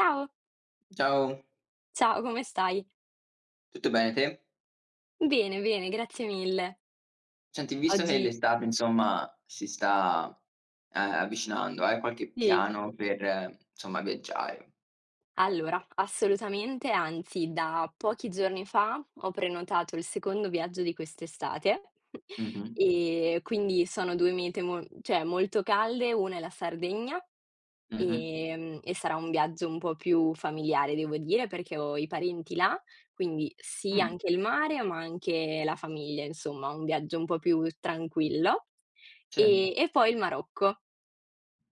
Ciao, Ciao, ciao, come stai? tutto bene te? Bene, bene, grazie mille. Senti, visto che Oggi l'estate insomma si sta avvicinando, hai qualche sì. piano per insomma viaggiare? Allora, assolutamente, anzi, da pochi giorni fa ho prenotato il secondo viaggio di quest'estate Mh-mh, e quindi sono 2 mete mo cioè molto calde, una è la Sardegna, mh-mh, e sarà un viaggio un po' più familiare devo dire, perché ho i parenti là, quindi sì mh, anche il mare, ma anche la famiglia, insomma, un viaggio un po' più tranquillo. sì, E poi il Marocco.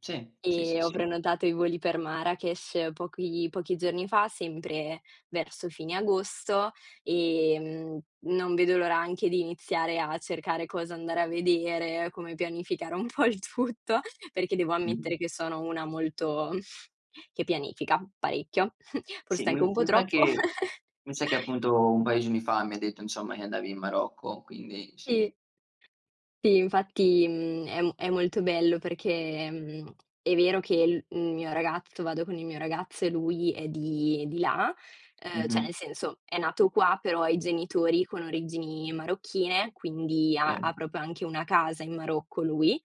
sì, sì, E sì, ho sì, prenotato i voli per Marrakech pochi giorni fa, sempre verso fine agosto, non vedo l'ora anche di iniziare a cercare cosa andare a vedere, come pianificare un po' il tutto, perché devo mh-mh. ammettere che sono una molto che pianifica parecchio, Sì, forse anche un mi po' mi sa troppo. che mi sa che appunto un paio di giorni fa mi hai detto insomma che andavi in Marocco, quindi Sì. Sì, infatti, è molto bello perché, è vero che il mio ragazzo vado con il mio ragazzo e lui è di là, cioè mh-mh, nel senso è nato qua, però ha i genitori con origini marocchine, quindi sì, ha proprio anche una casa in Marocco lui.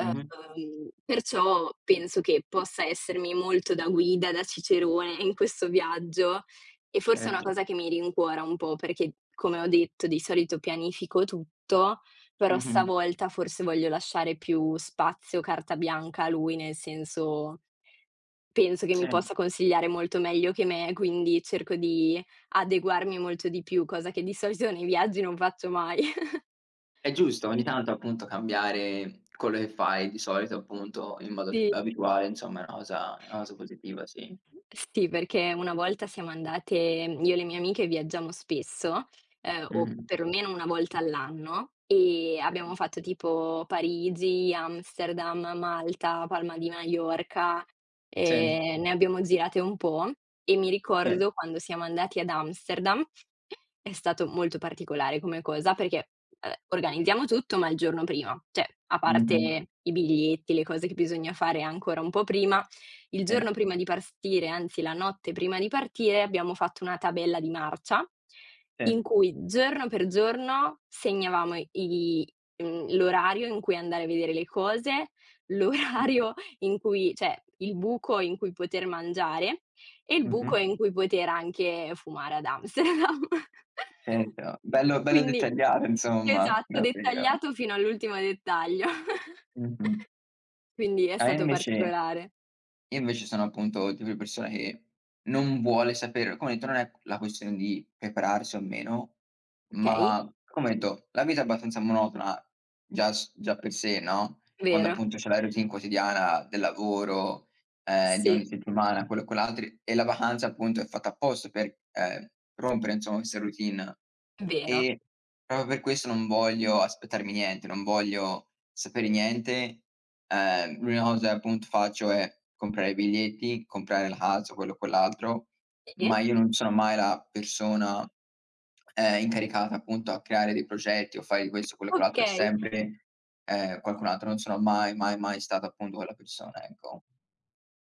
mh-mh, Perciò penso che possa essermi molto da guida, da cicerone in questo viaggio e forse è una certo, cosa che mi rincuora un po' perché, come ho detto, di solito pianifico tutto, però mh-mh, stavolta forse voglio lasciare più spazio, carta bianca a lui, nel senso penso che mi sì. possa consigliare molto meglio che me, quindi cerco di adeguarmi molto di più, cosa che di solito nei viaggi non faccio mai. È giusto ogni tanto appunto cambiare quello che fai di solito appunto in modo t Sì. abituale, insomma è una cosa positiva, sì. Sì, perché una volta io e le mie amiche viaggiamo spesso, o Mh-mh. perlomeno 1 volta all'anno, e abbiamo fatto tipo Parigi, Amsterdam, Malta, Palma di Maiorca, Sì, ne abbiamo girate un po', e mi sì, ricordo quando siamo andati ad Amsterdam è stato molto particolare come cosa perché, organizziamo tutto, ma il giorno prima, cioè a mh-mh, parte i biglietti, le cose che bisogna fare ancora un po' prima, il sì, giorno prima di partire, anzi la notte prima di partire, abbiamo fatto una tabella di marcia in sì, cui giorno per giorno segnavamo l'orario in cui andare a vedere le cose, mh, l'orario in cui cioè il buco in cui poter mangiare e il mh-mh, buco in cui poter anche fumare ad Amsterdam. certo. Bello bello Quindi dettagliato insomma, esatto, davvero. dettagliato fino all'ultimo dettaglio. Mh-mh. Quindi è No, io stato invece particolare. Io invece sono appunto il tipo di persona che non vuole sapere. Come ho detto, non è la questione di prepararsi o meno, Okay, ma come ho detto la vita è abbastanza monotona già per sé, no, quando vero. appunto c'è la routine quotidiana del lavoro, di Sì, ogni settimana, quello e quell'altro, e la vacanza appunto è fatta apposta per, rompere insomma questa routine. vero. E Proprio per questo non voglio aspettarmi niente, non voglio sapere niente. L'unica cosa che appunto faccio è comprare i biglietti, comprare la casa, quello o quell'altro, Sì, ma io non sono mai la persona, incaricata appunto a creare dei progetti o fare di questo, quello e quell'altro; è okay. sempre, qualcun altro. Non sono mai, mai, mai stata appunto quella persona, ecco.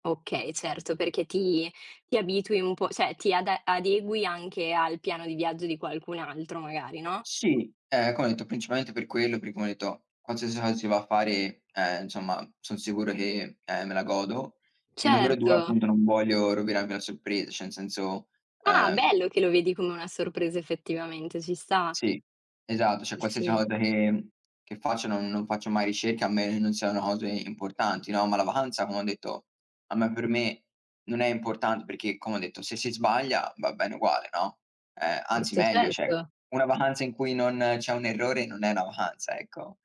Okay, certo, perché ti abitui un po' cioè ti ad adegui anche al piano di viaggio di qualcun altro magari, no? Sì, come ho detto principalmente per quello, perché come ho detto qualsiasi cosa si va a fare, insomma son sicuro che, me la godo, e numero Certo. 2 appunto non voglio rovinarmi la sorpresa, cioè nel senso, Ah, ehm bello che lo vedi come una sorpresa effettivamente, ci sta. sì, esatto, cioè Sì, qualsiasi sì. cosa che faccio non faccio mai ricerche, a meno che non siano cose importanti, no, ma la vacanza, come ho detto, a me per me non è importante, perché, come ho detto, se si sbaglia va bene uguale, no, anzi Certo, meglio, cioè certo. una vacanza in cui non c'è un errore non è una vacanza, ecco.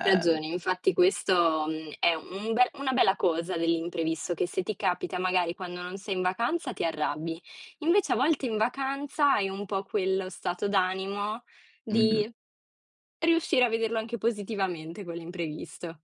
Hai ragione, infatti questo, è un be una bella cosa dell'imprevisto, che se ti capita magari quando non sei in vacanza ti arrabbi. Invece a volte in vacanza hai un po' quello stato d'animo mh-mh. di riuscire a vederlo anche positivamente quell'imprevisto.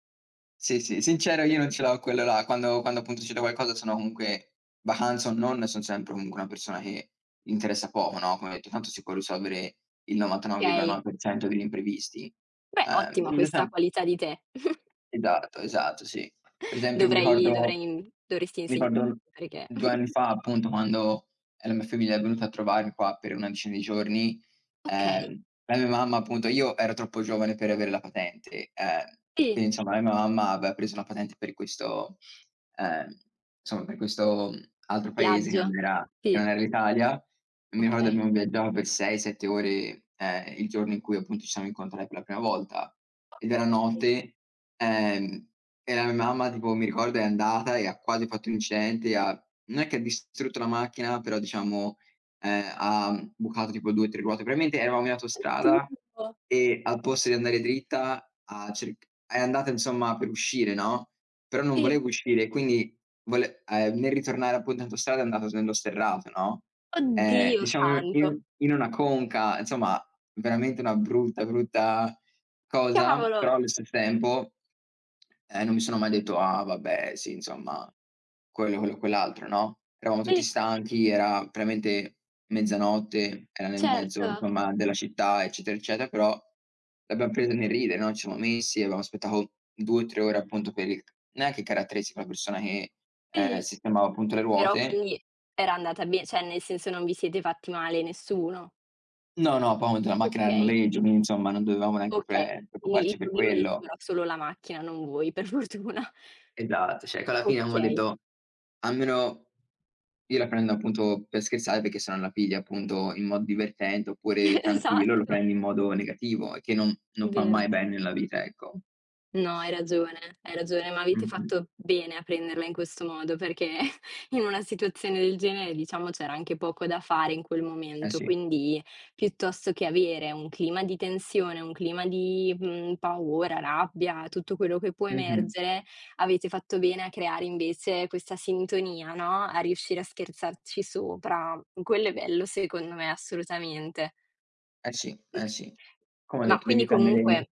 Sì, sì, sincero, io non ce l'ho quello là. Quando appunto succede qualcosa sono comunque, vacanza o non, son sempre comunque una persona che gli interessa poco, no, come ho detto tanto si può risolvere il Okay. 99,9% degli imprevisti. Beh, Ehm, ottima questa qualità di te. Esatto, esatto, sì. Per esempio, mi Dovrei ricordo dovrei dovresti mi ricordo insegnarmi perché 2 anni fa, appunto, quando, la mia famiglia è venuta a trovarmi qua per una decina di giorni, Okay. La mia mamma appunto, io ero troppo giovane per avere la patente, e Sì, quindi insomma la mia mamma aveva preso una patente ehm, per questo altro paese che viaggio. non era che Sì, non era l'Italia. Mi ricordo okay. abbiamo viaggiato per 6, 7 ore, il giorno in cui appunto ci siamo incontrati per la prima volta, ed era Okay. notte, ehm, e la mia mamma tipo mi ricordo è andata e ha quasi fatto un incidente, ha non è che ha distrutto la macchina, però diciamo ha bucato tipo 2, 3 ruote. Probabilmente eravamo in autostrada Alpino, e al posto di andare dritta ha cerc è andata insomma per uscire, no, però non sì. volevo uscire e quindi vole nel ritornare appunto in autostrada è andato s nello sterrato, no, Oddio diciamo santo, in una conca, insomma veramente una brutta, brutta cosa, cavolo! però allo stesso tempo, non mi sono mai detto: "Ah vabbè, sì insomma, quello, quell'altro", no, eravamo tutti Eh, stanchi, era veramente mezzanotte, era nel mezzo certo, insomma della città, eccetera, eccetera, però l'abbiam presa nel ridere, no, ci siamo messi, abbiamo aspettato 2, 3 ore appunto per il, neanche caratteristico, la persona che, sì. sistemava appunto le Però ruote. quindi era andata be cioè nel senso non vi siete fatti male nessuno? No, no, poi ho avuto, la macchina era a Okay, noleggio, quindi insomma non dovevamo neanche okay. Quindi preoccuparci il per problema diciamo quello. era solo la macchina, non voi per fortuna. Esatto, cioè che alla fine abbiamo Okay, detto almeno io la prendo appunto per scherzare, perché se non la pigli appunto in modo divertente oppure tranquillo, lo esatto, prendi in modo negativo, e che non fa vero. mai bene nella vita, ecco. No, hai ragione, ma avete Mh-mh. fatto bene a prenderla in questo modo, perché in una situazione del genere, diciamo, c'era anche poco da fare in quel Eh momento, sì. quindi piuttosto che avere un clima di tensione, un clima di, paura, rabbia, tutto quello che può Mh-mh. emergere, avete fatto bene a creare invece questa sintonia, no, a riuscire a scherzarci sopra. Quello è bello secondo me, assolutamente. Eh sì, Mh. eh sì. Come ho Ma detto quindi devi comunque prendere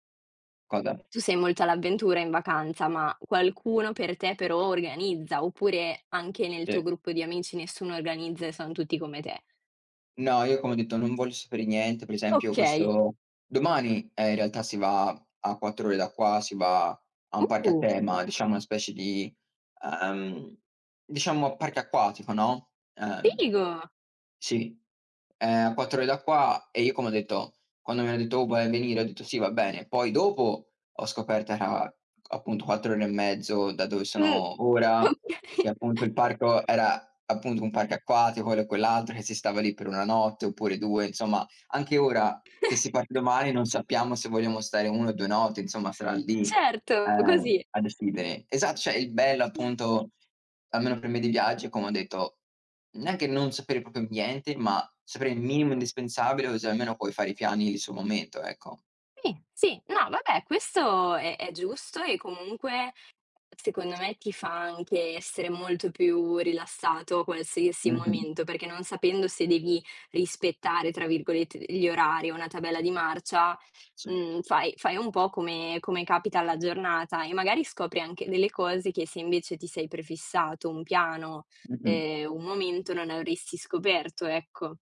cosa? tu sei molto all'avventura in vacanza, ma qualcuno per te però organizza, oppure anche nel tuo Sì. gruppo di amici nessuno organizza e son tutti come te? No, io come ho detto non voglio sapere niente, per esempio Okay. questo domani, in realtà si va a 4 ore da qua, si va a un parco a Uh, tema, diciamo una specie di, ehm, diciamo parco acquatico, no, Figo! sì, a 4 ore da qua, e io come ho detto quando mi hanno detto: "Oh, vuoi venire?", ho detto: "Sì, va bene." Poi dopo ho scoperto era appunto 4 ore e mezzo da dove Mh, sono ora, okay. che appunto il parco era appunto un parco acquatico, quello e quell'altro, che si stava lì per 1 notte oppure 2, insomma anche ora che si parte domani non sappiamo se vogliamo stare 1 o 2 notti, insomma sarà lì, Certo, così. a decidere. Esatto, cioè il bello appunto, almeno per me, dei viaggi, è come ho detto, neanche non sapere proprio niente, ma sapere il minimo indispensabile, così almeno puoi fare i piani lì sul momento, ecco. Sì, sì, no vabbè questo è giusto e comunque secondo me ti fa anche essere molto più rilassato a qualsiasi Mh-mh. momento, perché non sapendo se devi rispettare, tra virgolette, gli orari o una tabella di marcia, Sì. Fai un po' come capita alla giornata e magari scopri anche delle cose che se invece ti sei prefissato un piano, Mh-mh. Un momento, non avresti scoperto, ecco.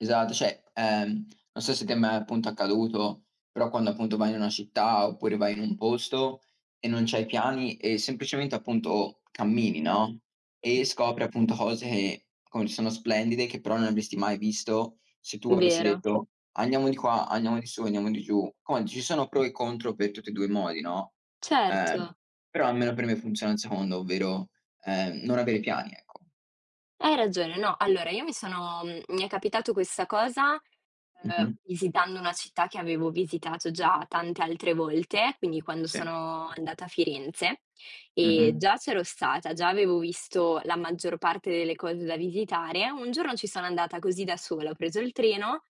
Esatto, cioè, non so se ti è mai appunto accaduto, però quando appunto vai in una città oppure vai in un posto e non c'hai piani e semplicemente appunto cammini, no, e scopri appunto cose che come sono splendide, che però non avresti mai visto se tu avessi Vero, detto: "Andiamo di qua, andiamo di su, andiamo di giù". Come ci sono pro e contro per tutti e 2 i modi, no, certo, ehm, però almeno per me funziona il secondo, ovvero, non avere piani, ecco. hai ragione. No, allora io mi è capitato questa cosa. Ehm, Mh-mh. visitando una città che avevo visitato già tante altre volte, quindi quando Sì. sono andata a Firenze, Mh-mh. e già c'ero stata, già avevo visto la maggior parte delle cose da visitare. Un giorno ci sono andata così da sola, ho preso il treno,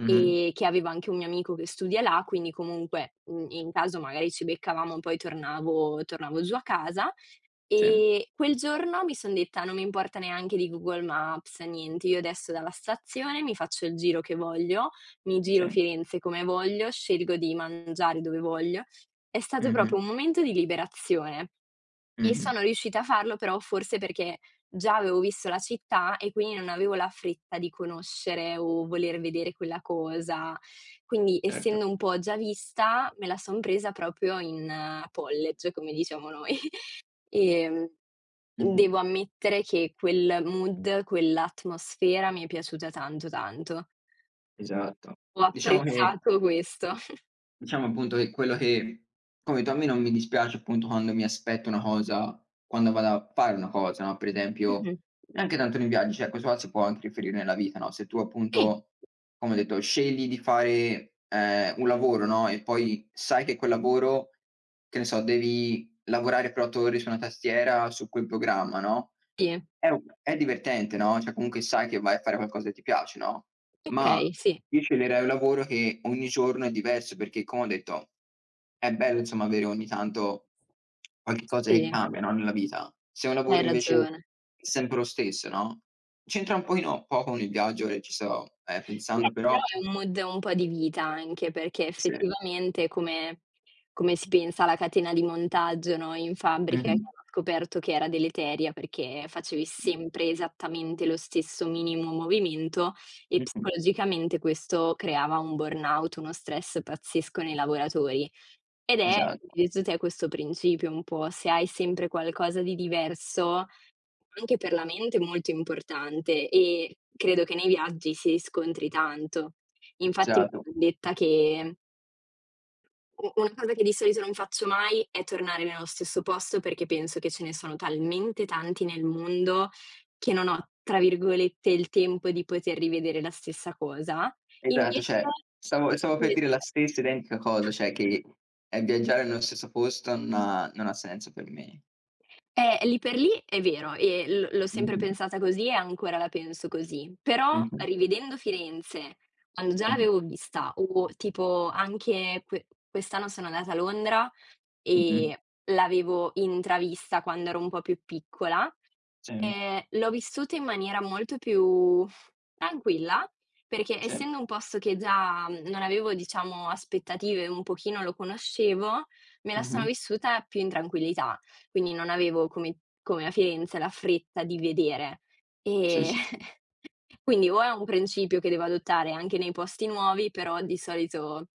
Mh-mh. Che avevo anche un mio amico che studia là, quindi comunque, in caso magari ci beccavamo, poi tornavo giù a casa. Sì. Quel giorno mi son detta: "Non mi importa neanche di Google Maps, niente, io adesso dalla stazione mi faccio il giro che voglio, mi Sì. giro Firenze come voglio, scelgo di mangiare dove voglio." È stato Mh-mh, proprio un momento di liberazione e mh-mh, sono riuscita a farlo però forse perché già avevo visto la città e quindi non avevo la fretta di conoscere o voler vedere quella cosa. Quindi certo. essendo un po' già vista, me la son presa proprio in college, come diciamo noi. Ehm, Mh-mh, devo ammettere che quel mood, quell'atmosfera mi è piaciuta tanto, tanto. esatto. Ho Diciamo che apprezzato questo. diciamo appunto che quello che, capito, a me non mi dispiace appunto quando mi aspetto una cosa, quando vado a fare una cosa, no, per esempio, Mh-mh. neanche tanto nei viaggi, cioè questo qua si può anche riferire nella vita, no, se tu Sì, appunto, come ho detto, scegli di fare, un lavoro, no, e poi sai che quel lavoro, che ne so, devi lavorare 4 ore su una tastiera, su quel programma, no, sì, è divertente, no, cioè comunque sai che vai a fare qualcosa che ti piace, no, ma okay, sì, io sceglierei un lavoro che ogni giorno è diverso, perché, come ho detto, è bello insomma avere ogni tanto qualche cosa che sì, cambia, no, nella vita. Se è un hai lavoro invece ragione. è sempre lo stesso, no, c'entra un pochino poco con il viaggio e ci sto, Beh, pensando, però però è un mood un po' di vita anche, perché se effettivamente come si pensa alla catena di montaggio, no, in fabbrica che mh-mh, hanno scoperto che era deleteria perché facevi sempre esattamente lo stesso minimo movimento e mh-mh, psicologicamente questo creava un burnout, uno stress pazzesco nei lavoratori. Ed è, come esatto, hai detto te, questo principio un po': se hai sempre qualcosa di diverso anche per la mente è molto importante e credo che nei viaggi si scontri tanto. Infatti mi esatto. son detta che u una cosa che di solito non faccio mai è tornare nello stesso posto perché penso che ce ne sono talmente tanti nel mondo che non ho, tra virgolette, "il tempo" di poter rivedere la stessa cosa. Esatto, Invece cioè stavo per dire invece la stessa identica cosa, cioè che, viaggiare nello stesso posto non ha senso per me. eh, lì per lì è vero e l'ho sempre Mh-mh. pensata così e ancora la penso così, però Mh-mh. rivedendo Firenze, quando già Mh-mh. l'avevo vista o tipo anche quest'anno sono andata a Londra Mh-mh. e l'avevo intravista quando ero un po' più piccola, Sì, l'ho vissuta in maniera molto più tranquilla, perché sì. essendo un posto che già non avevo diciamo aspettative, un pochino lo conoscevo, me la sono Mh-mh. vissuta più in tranquillità. Quindi non avevo come a Firenze la fretta di vedere. Sì, Ehm, sì, sì. quindi o è un principio che devo adottare anche nei posti nuovi, però di solito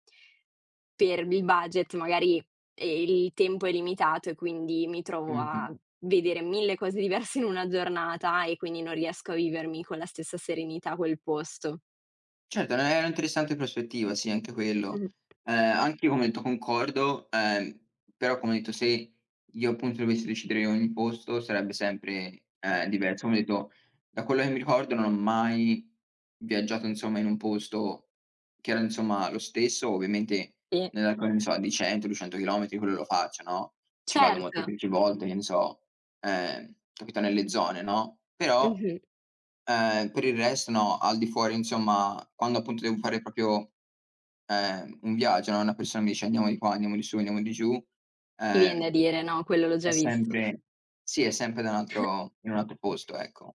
per il budget magari, il tempo è limitato e quindi mi trovo Mh-mh. a vedere 1000 cose diverse in una giornata e quindi non riesco a vivermi con la stessa serenità quel posto. Certo, no, è un'interessante prospettiva, sì, anche quello. Mh-mh. Ehm, anch'io come hai detto concordo, però come ho detto se io appunto dovessi decidere ogni posto sarebbe sempre, diverso. Come ho detto, da quello che mi ricordo non ho mai viaggiato insomma in un posto che era insomma lo stesso, ovviamente Sì, nell'arco, che ne so, di 100, 200 chilometri, quello lo faccio, no, ci vado certo. molteplici volte, che ne so, capito, nelle zone, no, però Mh-mh. Per il resto no, al di fuori insomma, quando appunto devo fare proprio, un viaggio, no, una persona mi dice: "Andiamo di qua, andiamo di su, andiamo di giù", Ti vien da ehm, dire: "No, quello l'ho è già visto." sempre sì, è sempre da un altro in un altro posto, ecco.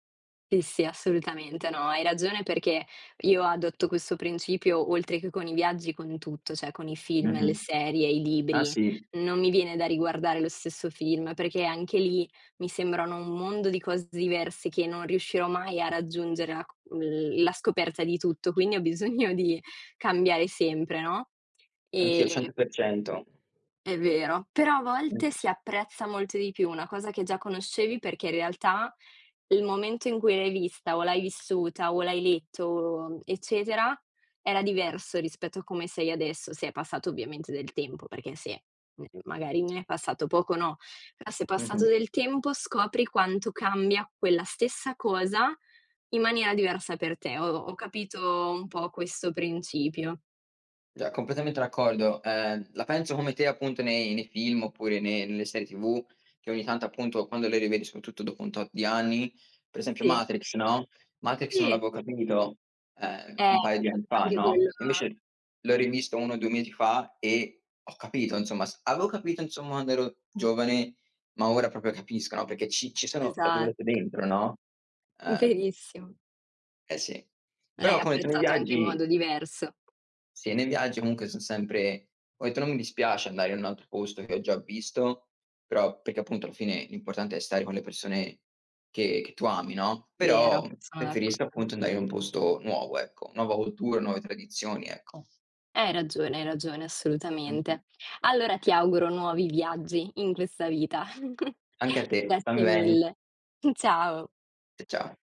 Sì, sì, assolutamente. No, hai ragione perché io adotto questo principio oltre che con i viaggi, con tutto, cioè con i film, le Mh-mh. serie, i Ah libri. sì. Non mi viene da riguardare lo stesso film perché anche lì mi sembrano un mondo di cose diverse che non riuscirò mai a raggiungere la c l la scoperta di tutto, quindi ho bisogno di cambiare sempre, no, Anch'io, ehm 100%. è vero, però a volte Mh-mh. si apprezza molto di più una cosa che già conoscevi perché in realtà il momento in cui l'hai vista o l'hai vissuta o l'hai letto, eccetera, era diverso rispetto a come sei adesso, se è passato ovviamente del tempo, perché se magari ne è passato poco no, però se è passato Mh-mh. del tempo scopri quanto cambia quella stessa cosa in maniera diversa per te. Ho capito un po' questo principio. Già, completamente d'accordo. La penso come te appunto nei film oppure ne nelle serie TV, che ogni tanto appunto quando le rivedi, soprattutto dopo un tot di anni, per esempio Sì, Matrix, no, Matrix non sì, l'avevo capito, eh, un paio di anni capita fa, anche no, quello. invece l'ho rivisto 1 o 2 mesi fa e ho capito insomma, s avevo capito insomma quando ero giovane, ma ora proprio capisco, no, perché ci sono tra Esa virgolette "dentro", no, ehm, Verissimo. eh sì. L'hai Però come nei apprezzato anche in modo viaggi diverso, sì, nei viaggi comunque son sempre, ho detto: "Non mi dispiace andare in un altro posto che ho già visto", però perché appunto alla fine l'importante è stare con le persone che tu ami, no, vero, però sono preferisco d'accordo. appunto andare in un posto nuovo, ecco, nuova cultura, nuove tradizioni, ecco. Hai ragione, Mh-mh. assolutamente. Allora ti auguro nuovi viaggi in questa vita. Anche a te, stammi Grazie bene. mille. Ciao. Ciao.